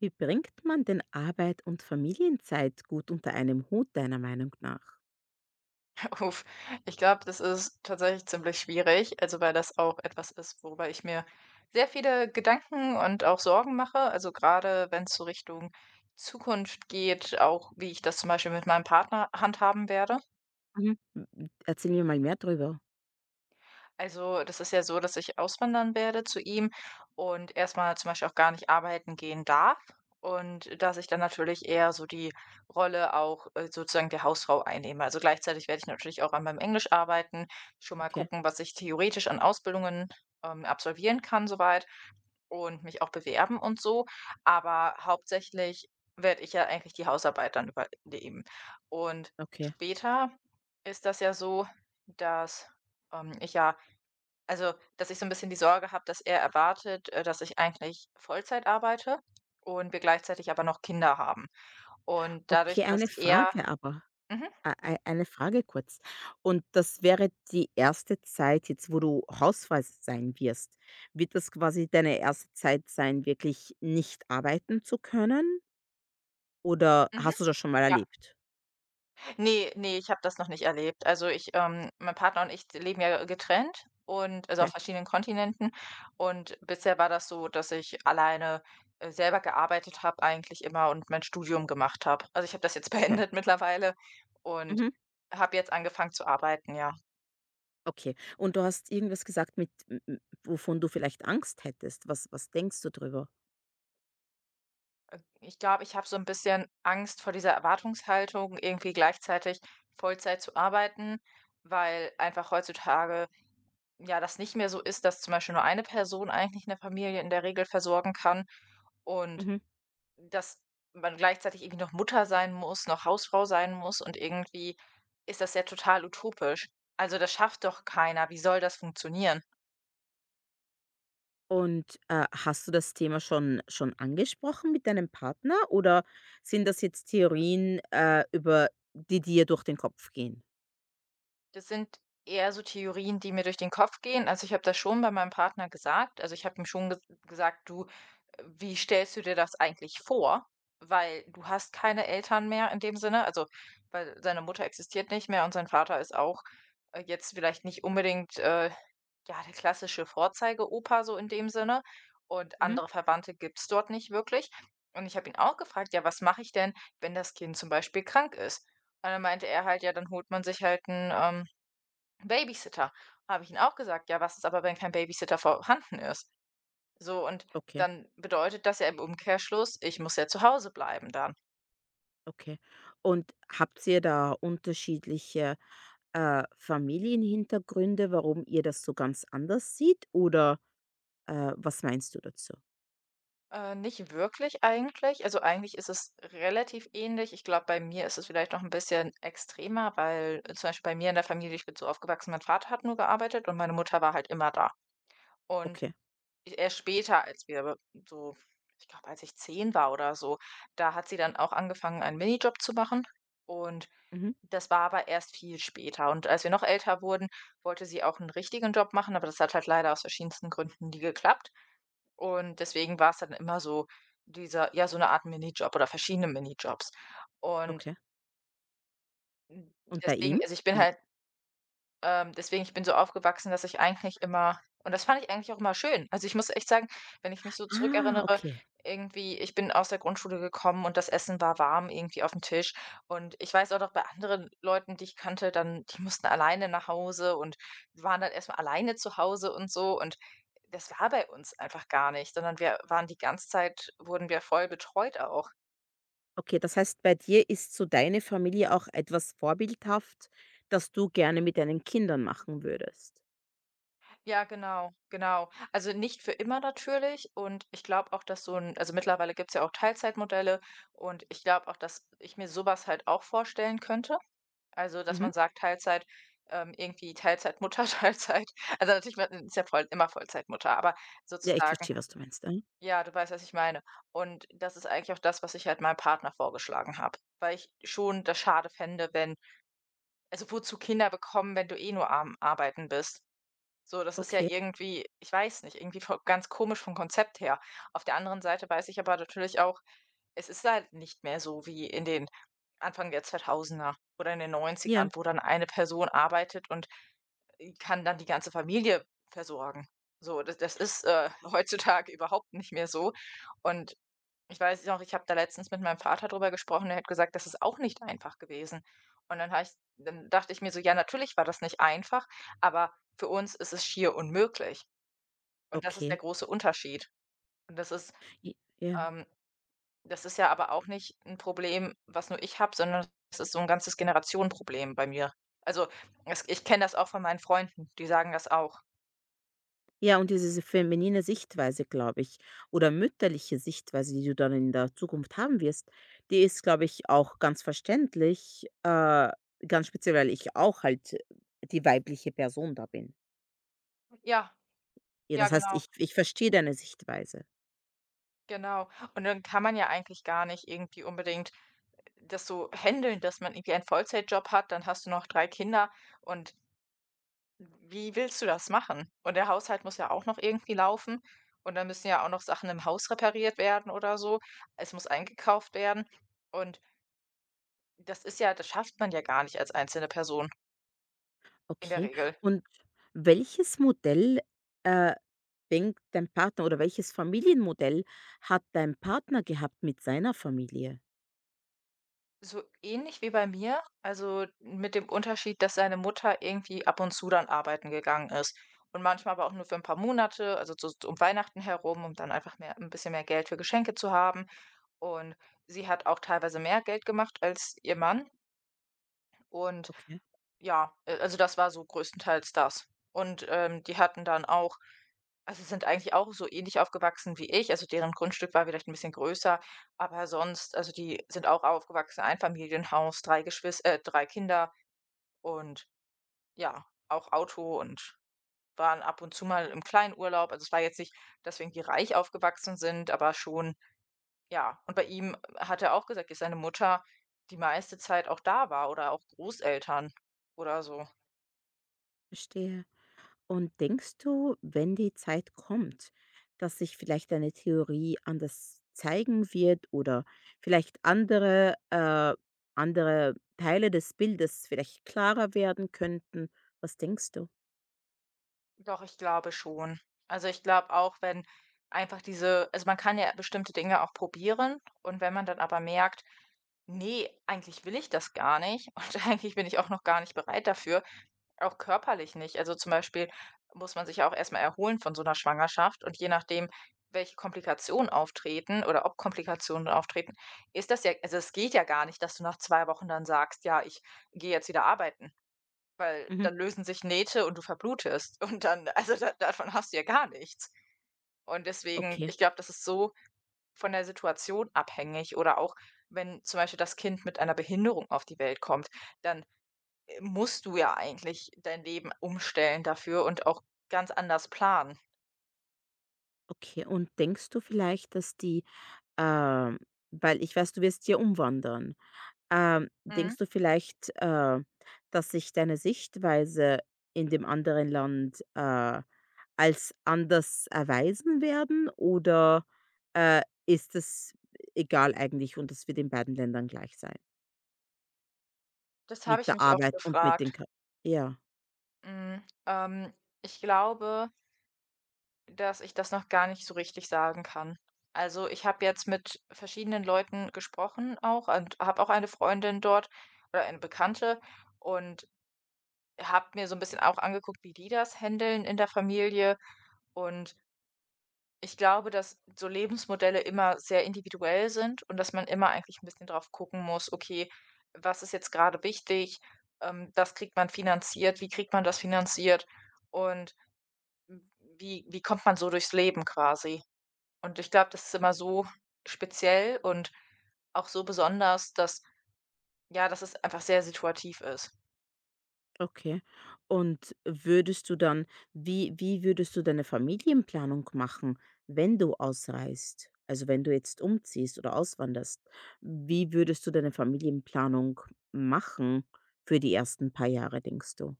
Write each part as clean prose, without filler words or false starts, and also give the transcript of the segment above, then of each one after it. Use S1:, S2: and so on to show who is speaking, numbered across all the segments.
S1: Wie bringt man denn Arbeit und Familienzeit gut unter einem Hut, deiner Meinung nach?
S2: Uff, ich glaube, das ist tatsächlich ziemlich schwierig, also weil das auch etwas ist, worüber ich mir sehr viele Gedanken und auch Sorgen mache. Also gerade wenn es so Richtung Zukunft geht, auch wie ich das zum Beispiel mit meinem Partner handhaben werde.
S1: Mhm. M- Erzähl mir mal mehr drüber.
S2: Also, das ist ja so, dass ich auswandern werde zu ihm und erstmal zum Beispiel auch gar nicht arbeiten gehen darf und dass ich dann natürlich eher so die Rolle auch, sozusagen der Hausfrau einnehme. Also, gleichzeitig werde ich natürlich auch an meinem Englisch arbeiten, schon mal
S1: Okay,
S2: gucken, was ich theoretisch an Ausbildungen, absolvieren kann soweit und mich auch bewerben und so. Aber hauptsächlich werde ich ja eigentlich die Hausarbeit dann übernehmen. Und
S1: okay.
S2: später ist das ja so, dass, ich ja also, dass ich so ein bisschen die Sorge habe, dass er erwartet, dass ich eigentlich Vollzeit arbeite und wir gleichzeitig aber noch Kinder haben. Und dadurch,
S1: Okay,
S2: dass
S1: eine
S2: er
S1: Frage aber.
S2: mhm,
S1: Eine Frage kurz. Und das wäre die erste Zeit jetzt, wo du Hausfrau sein wirst. Wird das quasi deine erste Zeit sein, wirklich nicht arbeiten zu können? Oder
S2: mhm,
S1: hast du das schon mal
S2: ja.
S1: erlebt?
S2: Ne, ne, ich habe das noch nicht erlebt. Also, ich mein Partner und ich leben ja getrennt und also, auf
S1: Okay,
S2: verschiedenen Kontinenten. Und bisher war das so, dass ich alleine, selber gearbeitet habe eigentlich immer und mein Studium gemacht habe. Also, ich habe das jetzt
S1: okay.
S2: beendet mittlerweile und
S1: Mhm.
S2: habe jetzt angefangen zu arbeiten, ja.
S1: Okay. Und du hast irgendwas gesagt mit m m wovon du vielleicht Angst hättest. Was denkst du drüber?
S2: Ich glaube, ich habe so ein bisschen Angst vor dieser Erwartungshaltung, irgendwie gleichzeitig Vollzeit zu arbeiten, weil einfach heutzutage, ja, das nicht mehr so ist, dass zum Beispiel nur eine Person eigentlich eine Familie in der Regel versorgen kann und
S1: Mhm.
S2: dass man gleichzeitig irgendwie noch Mutter sein muss, noch Hausfrau sein muss und irgendwie ist das ja total utopisch. Also, das schafft doch keiner. Wie soll das funktionieren?
S1: Und, hast du das Thema schon angesprochen mit deinem Partner oder sind das jetzt Theorien, über die dir durch den Kopf gehen?
S2: Das sind eher so Theorien, die mir durch den Kopf gehen. Also, ich habe das schon bei meinem Partner gesagt. Also, ich habe ihm schon gesagt: „Du, wie stellst du dir das eigentlich vor?“ Weil du hast keine Eltern mehr in dem Sinne, also, weil seine Mutter existiert nicht mehr und sein Vater ist auch, jetzt vielleicht nicht unbedingt, ja, der klassische Vorzeige-Opa so in dem Sinne und
S1: Mhm.
S2: andere Verwandte gibt's dort nicht wirklich. Und ich habe ihn auch gefragt: „Ja, was mache ich denn, wenn das Kind zum Beispiel krank ist?“ Und dann meinte er halt: „Ja, dann holt man sich halt ein Babysitter. Habe ich ihnen auch gesagt: „Ja, was ist aber, wenn kein Babysitter vorhanden ist?“ So, und
S1: Okay,
S2: dann bedeutet das ja im Umkehrschluss, ich muss ja zu Hause bleiben dann.
S1: okay. Und habt ihr da unterschiedliche, Familienhintergründe, warum ihr das so ganz anders sieht? Oder, was meinst du dazu?
S2: Nicht wirklich eigentlich. Also, eigentlich ist es relativ ähnlich. Ich glaube, bei mir ist es vielleicht noch ein bisschen extremer, weil zum Beispiel bei mir in der Familie ich bin so aufgewachsen, mein Vater hat nur gearbeitet und meine Mutter war halt immer da. Und
S1: Okay,
S2: e erst später, als wir aber so ich glaube, als ich 10 war oder so, da hat sie dann auch angefangen, einen Minijob zu machen und
S1: Mhm.
S2: das war aber erst viel später und als wir noch älter wurden, wollte sie auch einen richtigen Job machen, aber das hat halt leider aus verschiedensten Gründen nie geklappt und deswegen war es dann immer so dieser ja, so eine Art Minijob oder verschiedene Minijobs und
S1: okay. Und bei
S2: deswegen
S1: ihm?
S2: also, ich bin
S1: Wie
S2: halt deswegen, ich bin so aufgewachsen, dass ich eigentlich immer und das fand ich eigentlich auch immer schön. Also, ich muss echt sagen, wenn ich mich so
S1: Ah,
S2: zurückerinnere,
S1: okay.
S2: irgendwie ich bin aus der Grundschule gekommen und das Essen war warm irgendwie auf dem Tisch. Und ich weiß auch noch bei anderen Leuten, die ich kannte, dann die mussten alleine nach Hause und waren dann erstmal alleine zu Hause und so. Und das war bei uns einfach gar nicht, sondern wir waren die ganze Zeit wurden wir voll betreut auch.
S1: Okay, das heißt, bei dir ist so deine Familie auch etwas vorbildhaft, das du gerne mit deinen Kindern machen würdest.
S2: Ja, genau, genau. Also nicht für immer natürlich. Und ich glaube auch, dass so ein, also mittlerweile gibt es ja auch Teilzeitmodelle und ich glaube auch, dass ich mir sowas halt auch vorstellen könnte. Also, dass man
S1: Mhm.
S2: sagt, Teilzeit, irgendwie Teilzeitmutter, Teilzeit also natürlich man ist ja voll immer Vollzeitmutter, aber
S1: Ja, ich
S2: sozusagen
S1: verstehe, was du meinst. Mhm.
S2: ja, du weißt, was ich meine. Und das ist eigentlich auch das, was ich halt meinem Partner vorgeschlagen habe, weil ich schon das schade fände, wenn also wozu Kinder bekommen, wenn du eh nur am Arbeiten bist? So, das ist ja
S1: Okay.
S2: irgendwie ich weiß nicht, irgendwie vo ganz komisch vom Konzept her. Auf der anderen Seite weiß ich aber natürlich auch, es ist halt nicht mehr so wie in den Anfang der 2000er oder in den 90ern
S1: Ja,
S2: wo dann eine Person arbeitet und, kann dann die ganze Familie versorgen. So, das ist, heutzutage überhaupt nicht mehr so und ich weiß noch, ich habe da letztens mit meinem Vater drüber gesprochen, der hat gesagt, das ist auch nicht einfach gewesen. Und dann dachte ich mir so: „Ja, natürlich war das nicht einfach, aber für uns ist es schier unmöglich.“ Und das ist
S1: okay.
S2: der große Unterschied. Und
S1: J- Ja.
S2: ähm, das ist ja aber auch nicht ein Problem, was nur ich habe, sondern es ist so ein ganzes Generationenproblem bei mir. Also, es ich kenne das auch von meinen Freunden, die sagen das auch.
S1: Ja, und diese feminine Sichtweise, glaube ich, oder mütterliche Sichtweise, die du dann in der Zukunft haben wirst, die ist, glaube ich, auch ganz verständlich, ganz speziell, weil ich auch halt die weibliche Person da bin.
S2: Ja,
S1: Ja,
S2: ja,
S1: das heißt,
S2: genau.
S1: ich verstehe deine Sichtweise.
S2: Genau. Und dann kann man ja eigentlich gar nicht irgendwie unbedingt das so händeln, dass man irgendwie einen Vollzeitjob hat, dann hast du noch 3 Kinder und wie willst du das machen? Und der Haushalt muss ja auch noch irgendwie laufen und dann müssen ja auch noch Sachen im Haus repariert werden oder so. Es muss eingekauft werden und das ist ja das schafft man ja gar nicht als einzelne Person in der
S1: Okay.
S2: Regel.
S1: Und welches Modell, äh, denkt dein Partner oder welches Familienmodell hat dein Partner gehabt mit seiner Familie?
S2: So ähnlich wie bei mir, also mit dem Unterschied, dass seine Mutter irgendwie ab und zu dann arbeiten gegangen ist. Und manchmal aber auch nur für ein paar Monate, also so um Weihnachten herum, um dann einfach mehr ein bisschen mehr Geld für Geschenke zu haben. Und sie hat auch teilweise mehr Geld gemacht als ihr Mann und
S1: Okay,
S2: ja, also das war so größtenteils das. Und, die hatten dann auch also sind eigentlich auch so ähnlich aufgewachsen wie ich. Also deren Grundstück war vielleicht ein bisschen größer, aber sonst also die sind auch aufgewachsen, Einfamilienhaus, 3 Geschwister, drei Kinder und ja, auch Auto und waren ab und zu mal im Kleinurlaub. Also es war jetzt nicht, dass wir irgendwie reich aufgewachsen sind, aber schon ja. Und bei ihm hat er auch gesagt, dass seine Mutter die meiste Zeit auch da war oder auch Großeltern oder so.
S1: verstehe. Und denkst du, wenn die Zeit kommt, dass sich vielleicht deine Theorie anders zeigen wird oder vielleicht andere, andere Teile des Bildes vielleicht klarer werden könnten? Was denkst du?
S2: Doch, ich glaube schon. Also, ich glaube auch, wenn einfach diese also, man kann ja bestimmte Dinge auch probieren und wenn man dann aber merkt: nee, eigentlich will ich das gar nicht und eigentlich bin ich auch noch gar nicht bereit dafür“, auch körperlich nicht. Also, zum Beispiel muss man sich ja auch erst mal erholen von so einer Schwangerschaft und je nachdem, welche Komplikationen auftreten oder ob Komplikationen auftreten, ist das ja also, es geht ja gar nicht, dass du nach 2 Wochen dann sagst: „Ja, ich gehe jetzt wieder arbeiten.“ Weil
S1: Mhm.
S2: dann lösen sich Nähte und du verblutest und dann also, da davon hast du ja gar nichts. Und deswegen
S1: Okay,
S2: ich glaube, das ist so von der Situation abhängig oder auch, wenn zum Beispiel das Kind mit einer Behinderung auf die Welt kommt, dann, musst du ja eigentlich dein Leben umstellen dafür und auch ganz anders planen.
S1: okay. Und denkst du vielleicht, dass die ähm, weil ich weiß, du wirst hier umwandern.
S2: Mhm.
S1: Denkst du vielleicht, dass sich deine Sichtweise in dem anderen Land, als anders erweisen werden oder, ist es egal eigentlich und es wird in beiden Ländern gleich sein
S2: Das habe
S1: mit
S2: ich
S1: der
S2: mich oft
S1: Arbeit und mit den
S2: gefragt.
S1: Kr ja.
S2: Hm, ähm, Ich glaube dass ich das noch gar nicht so richtig sagen kann. Also, ich habe jetzt mit verschiedenen Leuten gesprochen auch und habe auch eine Freundin dort oder eine Bekannte und habe mir so ein bisschen auch angeguckt, wie die das händeln in der Familie. Und ich glaube, dass so Lebensmodelle immer sehr individuell sind und dass man immer eigentlich ein bisschen drauf gucken muss: „Okay, was ist jetzt gerade wichtig? Was kriegt man finanziert? Wie kriegt man das finanziert? Und wie kommt man so durchs Leben quasi?“ Und ich glaube, das ist immer so speziell und auch so besonders, dass ja, dass es einfach sehr situativ ist.
S1: Okay. Und würdest du dann wie würdest du deine Familienplanung machen, wenn du ausreist? Also, wenn du jetzt umziehst oder auswanderst, wie würdest du deine Familienplanung machen für die ersten paar Jahre, denkst du?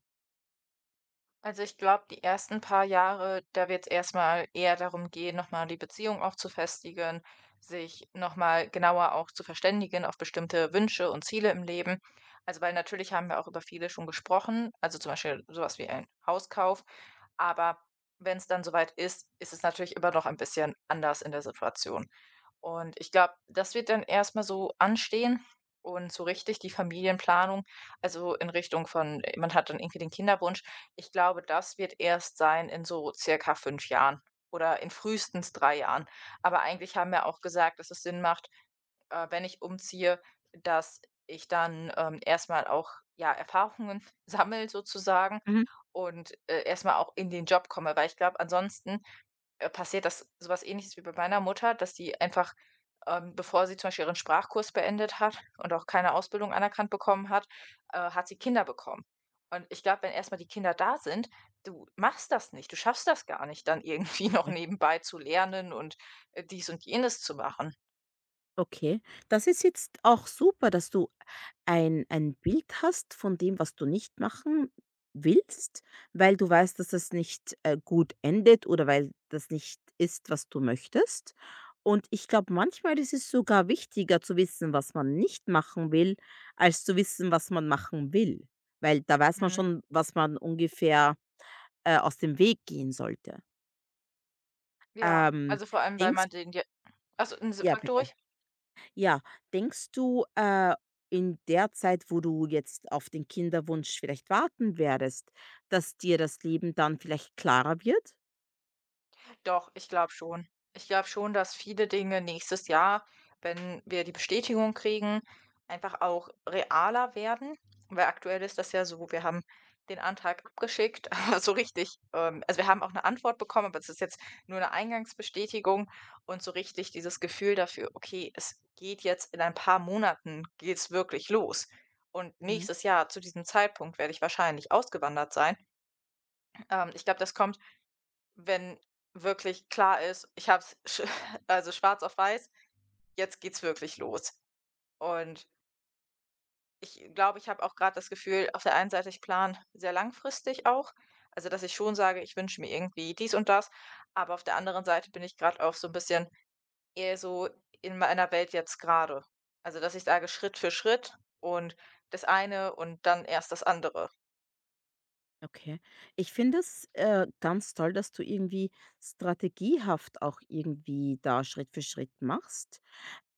S2: Also, ich glaube, die ersten paar Jahre, da wird es erstmal eher darum gehen, noch mal die Beziehung auch zu festigen, sich noch mal genauer auch zu verständigen auf bestimmte Wünsche und Ziele im Leben. Also, weil natürlich haben wir auch über viele schon gesprochen, also, zum Beispiel sowas wie ein Hauskauf. Aber wenn es dann soweit ist, ist es natürlich immer noch ein bisschen anders in der Situation. Und ich glaube, das wird dann erst mal so anstehen und so richtig die Familienplanung, also in Richtung von man hat dann irgendwie den Kinderwunsch. Ich glaube, das wird erst sein in so circa 5 Jahren oder in frühestens 3 Jahren. Aber eigentlich haben wir auch gesagt, dass es Sinn macht, wenn ich umziehe, dass ich dann, erst auch, ja, Erfahrungen sammle sozusagen
S1: Mhm.
S2: und erst auch in den Job komme. Weil ich glaube, ansonsten, passiert das so was Ähnliches wie bei meiner Mutter, dass die einfach, bevor sie zum Beispiel ihren Sprachkurs beendet hat und auch keine Ausbildung anerkannt bekommen hat, hat sie Kinder bekommen. Und ich glaube, wenn erstmal die Kinder da sind, du machst das nicht. Du schaffst das gar nicht, dann irgendwie noch
S1: Okay.
S2: nebenbei zu lernen und dies und jenes zu machen.
S1: Okay, das ist jetzt auch super, dass du ein Bild hast von dem, was du nicht machen willst, weil du weißt, dass das nicht, gut endet oder weil das nicht ist, was du möchtest. Und ich glaube, manchmal ist es sogar wichtiger zu wissen, was man nicht machen will, als zu wissen, was man machen will, weil da weiß man
S2: Mhm.
S1: schon, was man ungefähr, aus dem Weg gehen sollte.
S2: Ja,
S1: Ähm,
S2: also vor allem, weil
S1: denkst
S2: man den ja also, n
S1: ja,
S2: frag du
S1: bitte.
S2: ruhig.
S1: Ja, denkst du, in der Zeit, wo du jetzt auf den Kinderwunsch vielleicht warten werdest, dass dir das Leben dann vielleicht klarer wird?
S2: Doch, ich glaube schon. Ich glaube schon, dass viele Dinge nächstes Jahr, wenn wir die Bestätigung kriegen, einfach auch realer werden, weil aktuell ist das ja so, wir haben den Antrag abgeschickt, aber so richtig also, wir haben auch eine Antwort bekommen, aber es ist jetzt nur eine Eingangsbestätigung und so richtig dieses Gefühl dafür: „Okay, es geht jetzt in ein paar Monaten geht's wirklich los.“ Und
S1: Mhm.
S2: nächstes Jahr zu diesem Zeitpunkt werde ich wahrscheinlich ausgewandert sein. Ich glaube, das kommt, wenn wirklich klar ist, ich habe es also schwarz auf weiß, jetzt geht's wirklich los. Und ich glaube, ich habe auch gerade das Gefühl, auf der einen Seite, ich plane sehr langfristig auch. Also, dass ich schon sage, ich wünsche mir irgendwie dies und das, aber auf der anderen Seite bin ich gerade auch so ein bisschen eher so in meiner Welt jetzt gerade. Also, dass ich sage, Schritt für Schritt und das eine und dann erst das andere.
S1: Okay. Ich finde es ganz toll, dass du irgendwie strategiehaft auch irgendwie da Schritt für Schritt machst.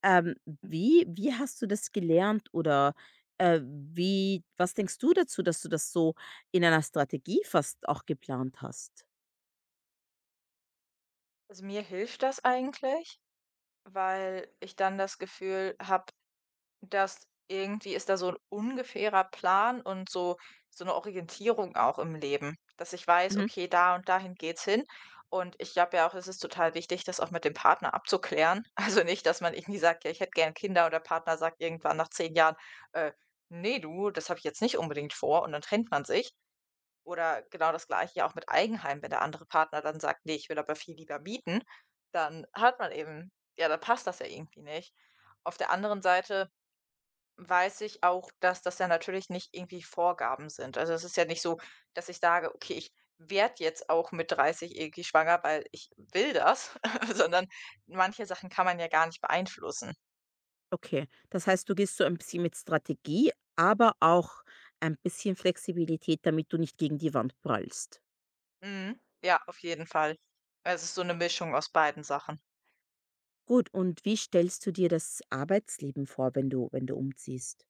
S1: Ähm, wie hast du das gelernt oder, wie was denkst du dazu, dass du das so in einer Strategie fast auch geplant hast?
S2: Also, mir hilft das eigentlich, weil ich dann das Gefühl habe, dass irgendwie ist da so ein ungefährer Plan und so so eine Orientierung auch im Leben, dass ich weiß:
S1: Mhm,
S2: „Okay, da und dahin geht's hin.“ Und ich glaube ja auch, es ist total wichtig, das auch mit dem Partner abzuklären. Also, nicht, dass man irgendwie sagt: „Ja, ich hätte gern Kinder“, und der Partner sagt irgendwann nach 10 Jahren: „Äh, ne, du, das habe ich jetzt nicht unbedingt vor“, und dann trennt man sich. Oder genau das Gleiche ja auch mit Eigenheim, wenn der andere Partner dann sagt: „Nee, ich will aber viel lieber mieten“, dann hat man eben, ja, dann passt das ja irgendwie nicht. Auf der anderen Seite weiß ich auch, dass das ja natürlich nicht irgendwie Vorgaben sind. Also, es ist ja nicht so, dass ich sage: „Okay, ich werde jetzt auch mit 30 irgendwie schwanger, weil ich will das“, sondern manche Sachen kann man ja gar nicht beeinflussen.
S1: okay. Das heißt, du gehst so ein bisschen mit Strategie, aber auch ein bisschen Flexibilität, damit du nicht gegen die Wand prallst.
S2: Mhm. Ja, auf jeden Fall. Es ist so eine Mischung aus beiden Sachen.
S1: Gut, und wie stellst du dir das Arbeitsleben vor, wenn du umziehst?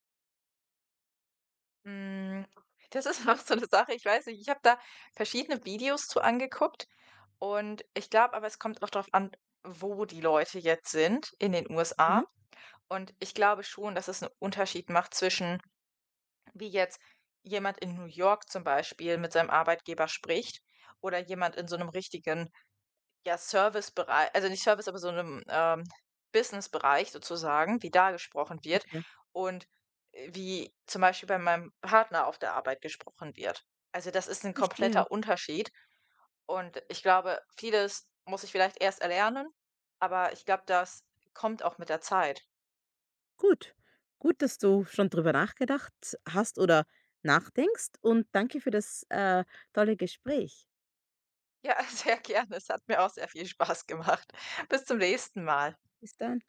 S2: Hm, das ist auch so eine Sache, ich weiß nicht, ich habe da verschiedene Videos zu angeguckt und ich glaube aber, es kommt auch drauf an, wo die Leute jetzt sind in den
S1: Aha,
S2: USA. Und ich glaube schon, dass es einen Unterschied macht zwischen wie jetzt jemand in New York zum Beispiel mit seinem Arbeitgeber spricht oder jemand in so einem richtigen, ja, Servicebereich, also nicht Service, aber so einem Businessbereich sozusagen, wie da gesprochen wird
S1: okay,
S2: und wie zum Beispiel bei meinem Partner auf der Arbeit gesprochen wird. Also, das ist ein
S1: verstehe.
S2: kompletter Unterschied und ich glaube, vieles muss ich vielleicht erst erlernen, aber ich glaube, das kommt auch mit der Zeit.
S1: Gut. Gut, dass du schon drüber nachgedacht hast oder nachdenkst und danke für das, tolle Gespräch.
S2: Ja, sehr gerne. Es hat mir auch sehr viel Spaß gemacht. Bis zum nächsten Mal.
S1: Bis dann.